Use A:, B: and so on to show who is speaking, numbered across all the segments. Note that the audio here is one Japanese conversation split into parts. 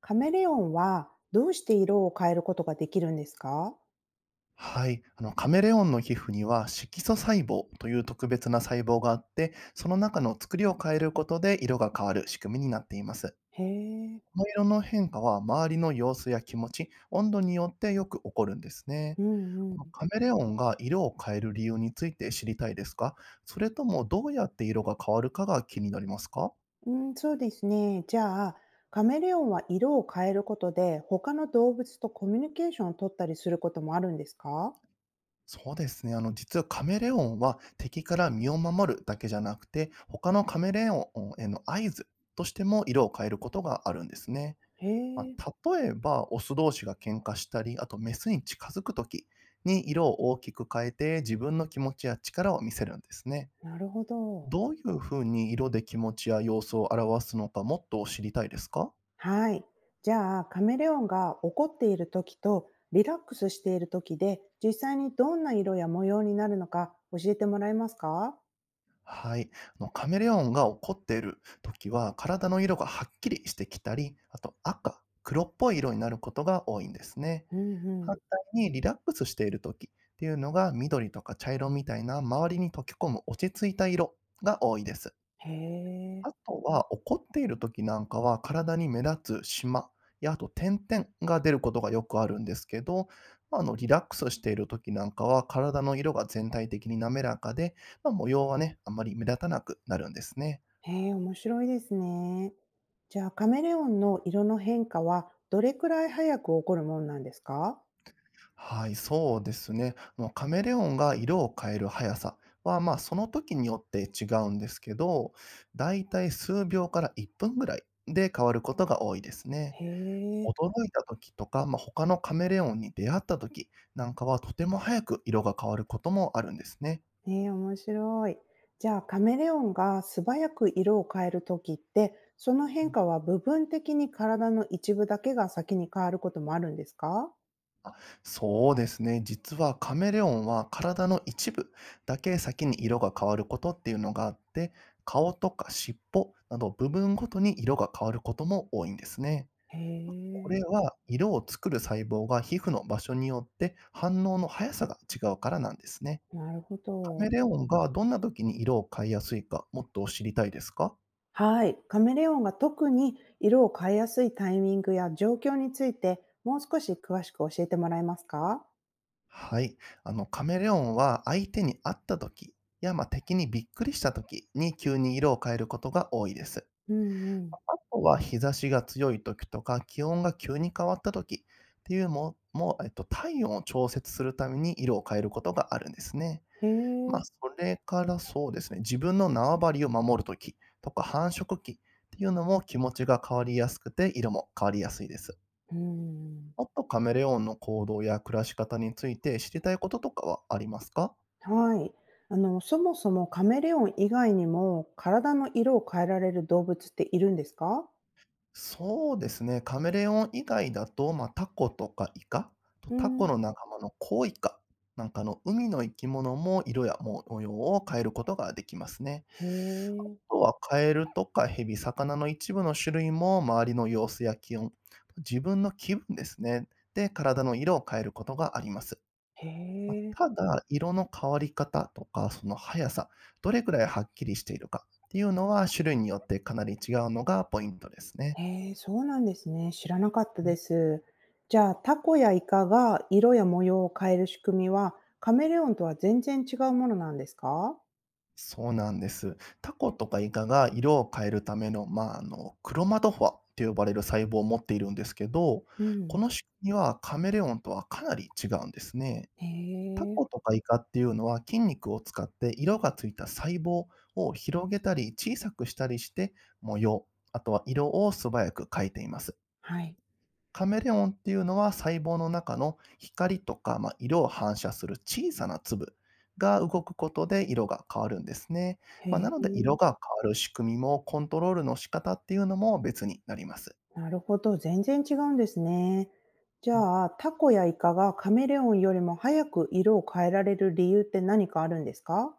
A: カメレオンはどうして色を変えることができるんですか？
B: はい。カメレオンの皮膚には色素細胞という特別な細胞があって、その中の作りを変えることで色が変わる仕組みになっています。
A: へえ。
B: この色の変化は周りの様子や気持ち、温度によってよく起こるんですね。
A: うんう
B: この
A: ん。
B: カメレオンが色を変える理由について知りたいですか？それともどうやって色が変わるかが気になりますか？
A: うん、そうですね。じゃあ、カメレオンは色を変えることで、他の動物とコミュニケーションを取ったりすることもあるんですか？
B: そうですね。実はカメレオンは敵から身を守るだけじゃなくて、他のカメレオンへの合図としても色を変えることがあるんですね。
A: へ
B: ま
A: え、
B: あ、例えば、オス同士が喧嘩したり、あとメスに近づくときに色を大きく変えて自分の気持ちや力を見せるんですね。
A: なるほど。
B: どういうふうに色で気持ちや様子を表すのかもっと知りたいですか？
A: はい。じゃあ、カメレオンが怒っている時とリラックスしている時で、実際にどんな色や模様になるのか教えてもらえますか？
B: はい。カメレオンが怒っている時は、体の色がはっきりしてきたり、あと赤、黒っぽい色になることが多いんですね。
A: うんう
B: 反
A: ん。
B: 対にリラックスしている時っていうのが、緑とか茶色みたいな周りに溶け込む落ち着いた色が多いです。
A: へえ。
B: あとは、怒っている時なんかは、体に目立つしまや、あと点々が出ることがよくあるんですけど、リラックスしている時なんかは、体の色が全体的に滑らかで、模様はね、あんまり目立たなくなるんですね。
A: へえ、面白いですね。じゃあ、カメレオンの色の変化はどれくらい早く起こるもんなんですか？
B: はい、そうですね。まあの、カメレオンが色を変える速さは、その時によって違うんですけど、だいたい数秒から1分ぐらいで変わることが多いですね。
A: へえ、
B: 驚いた時とか、他のカメレオンに出会った時なんかは、とても早く色が変わることもあるんですね。
A: ねえ、面白い。じゃあ、カメレオンが素早く色を変えるときって、その
B: う
A: 変
B: ん。
A: 化は部分的に体の一部だけが先に変わることもあるんですか？
B: あ、そうですね。実はカメレオンは体の一部だけ先に色が変わることっていうのがあって、顔とか尻尾など部分ごとに色が変わることも多いんですね。
A: へ
B: こ
A: え、
B: れは色を作る細胞が皮膚の場所によって反応の速さが違うからなんですね。
A: なるほ
B: カメ
A: ど。
B: レオンがどんな時に色を変えやすいか、もっと知りたいですか？
A: はい。カメレオンが特に色を変えやすいタイミングや状況について、もう少し詳しく教えてもらえますか？
B: はい。カメレオンは相手に会った時や、敵にびっくりした時に急に色を変えることが多いです。
A: うんうん。
B: あとは日差しが強い時とか、気温が急に変わった時っていうのも、体温を調節するために色を変えることがあるんですね。
A: へえ、
B: それからそうですね、自分の縄張りを守る時とか繁殖期っていうのも気持ちが変わりやすくて、色も変わりやすいです。
A: うん、
B: もっとカメレオンの行動や暮らし方について知りたいこととかはありますか？
A: はい。あの、そもそもカメレオン以外にも体の色を変えられる動物っているんですか？
B: そうですね、カメレオン以外だと、タコとかイカと
A: う
B: タコ
A: ん、
B: の仲間のコウイカなんかの海の生き物も色や模様を変えることができますね。
A: へ
B: あ
A: え、
B: とはカエルとかヘビ、魚の一部の種類も周りの様子や気温、自分の気分ですね、で、体の色を変えることがあります。
A: へえ、
B: ただ、色の変わり方とか、その速さ、どれくらいはっきりしているかっていうのは、種類によってかなり違うのがポイントですね。
A: へえ、そうなんですね。知らなかったです。じゃあ、タコやイカが色や模様を変える仕組みは、カメレオンとは全然違うものなんですか？
B: そうなんです。タコとかイカが色を変えるための、クロマトフォアって呼ばれる細胞を持っているんですけど、
A: う
B: こ
A: ん、
B: の仕組みはカメレオンとはかなり違うんですね。
A: へ
B: タ
A: え、
B: コとかイカっていうのは筋肉を使って色がついた細胞を広げたり小さくしたりして模様、あとは色を素早く変えています。
A: はい、
B: カメレオンっていうのは細胞の中の光とか、色を反射する小さな粒が動くことで色が変わるんですね。
A: へ
B: なので
A: え。
B: 色が変わる仕組みもコントロールの仕方っていうのも別になります。
A: なるほど、全然違うんですね。じ
B: うん。
A: ゃあ、タコやイカがカメレオンよりも早く色を変えられる理由って何かあるんですか？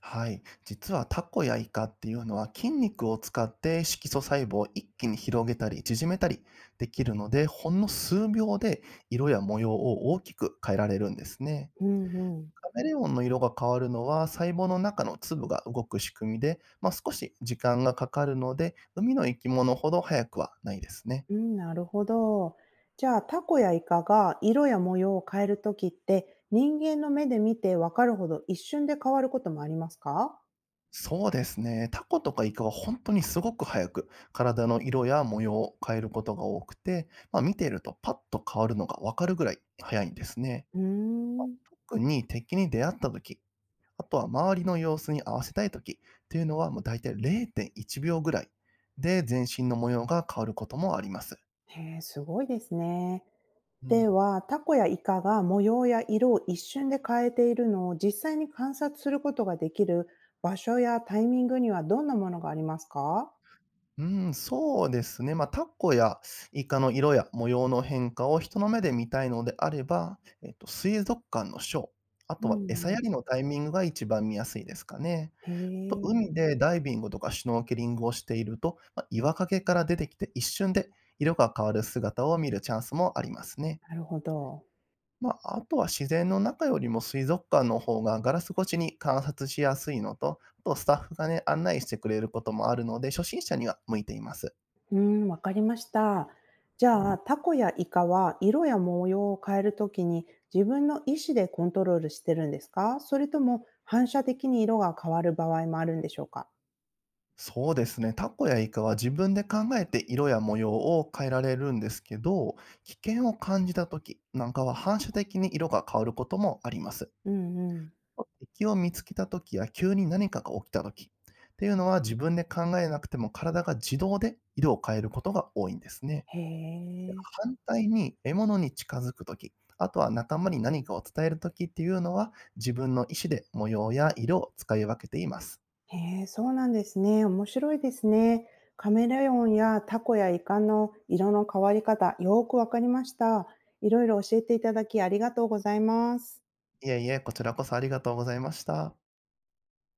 B: はい。実はタコやイカっていうのは筋肉を使って色素細胞を一気に広げたり縮めたりできるので、ほんの数秒で色や模様を大きく変えられるんですね。
A: うんうん。
B: カメレオンの色が変わるのは、細胞の中の粒が動く仕組みで、少し時間がかかるので、海の生き物ほど早くはないですね。
A: うん、なるほど。じゃあ、タコやイカが色や模様を変えるときって、人間の目で見てわかるほど一瞬で変わることもありますか？
B: そうですね。タコとかイカは本当にすごく早く体の色や模様を変えることが多くて、見ているとパッと変わるのがわかるぐらい早いんですね。
A: うーん。
B: 特に敵に出会った時、あとは周りの様子に合わせたい時っていうのはもう大体0.1秒ぐらいで全身の模様が変わることもあります。
A: へえ、すごいですね。
B: う
A: で
B: ん
A: は、タコやイカが模様や色を一瞬で変えているのを実際に観察することができる場所やタイミングにはどんなものがありますか？
B: うん、そうですね。タコやイカの色や模様の変化を人の目で見たいのであれば、水族館のショー、あ
A: う
B: と
A: ん
B: は餌
A: う
B: や
A: ん、
B: りのタイミングが一番見やすいですかね。
A: へ
B: あと、
A: え、
B: 海でダイビングとかシュノーケリングをしていると、岩陰から出てきて一瞬で色が変わる姿を見るチャンスもありますね。
A: なるほど。
B: あとは自然の中よりも水族館の方がガラス越しに観察しやすいのと、あとスタッフがね、案内してくれることもあるので、初心者には向いています。
A: うん、わかりました。じゃあ、タコやイカは色や模様を変えるときに自分の意思でコントロールしてるんですか？それとも反射的に色が変わる場合もあるんでしょうか？
B: そうですね。タコやイカは自分で考えて色や模様を変えられるんですけど、危険を感じた時なんかは反射的に色が変わることもあります。
A: うんうん。
B: 敵を見つけた時や急に何かが起きた時っていうのは自分で考えなくても体が自動で色を変えることが多いんですね。
A: へえ。
B: 反対に獲物に近づく時あとは仲間に何かを伝える時っていうのは自分の意思で模様や色を使い分けています。
A: へえ、そうなんですね。面白いですね。カメレオンやタコやイカの色の変わり方、よーくわかりました。いろいろ教えていただきありがとうございます。
B: いえいえ、こちらこそありがとうございました。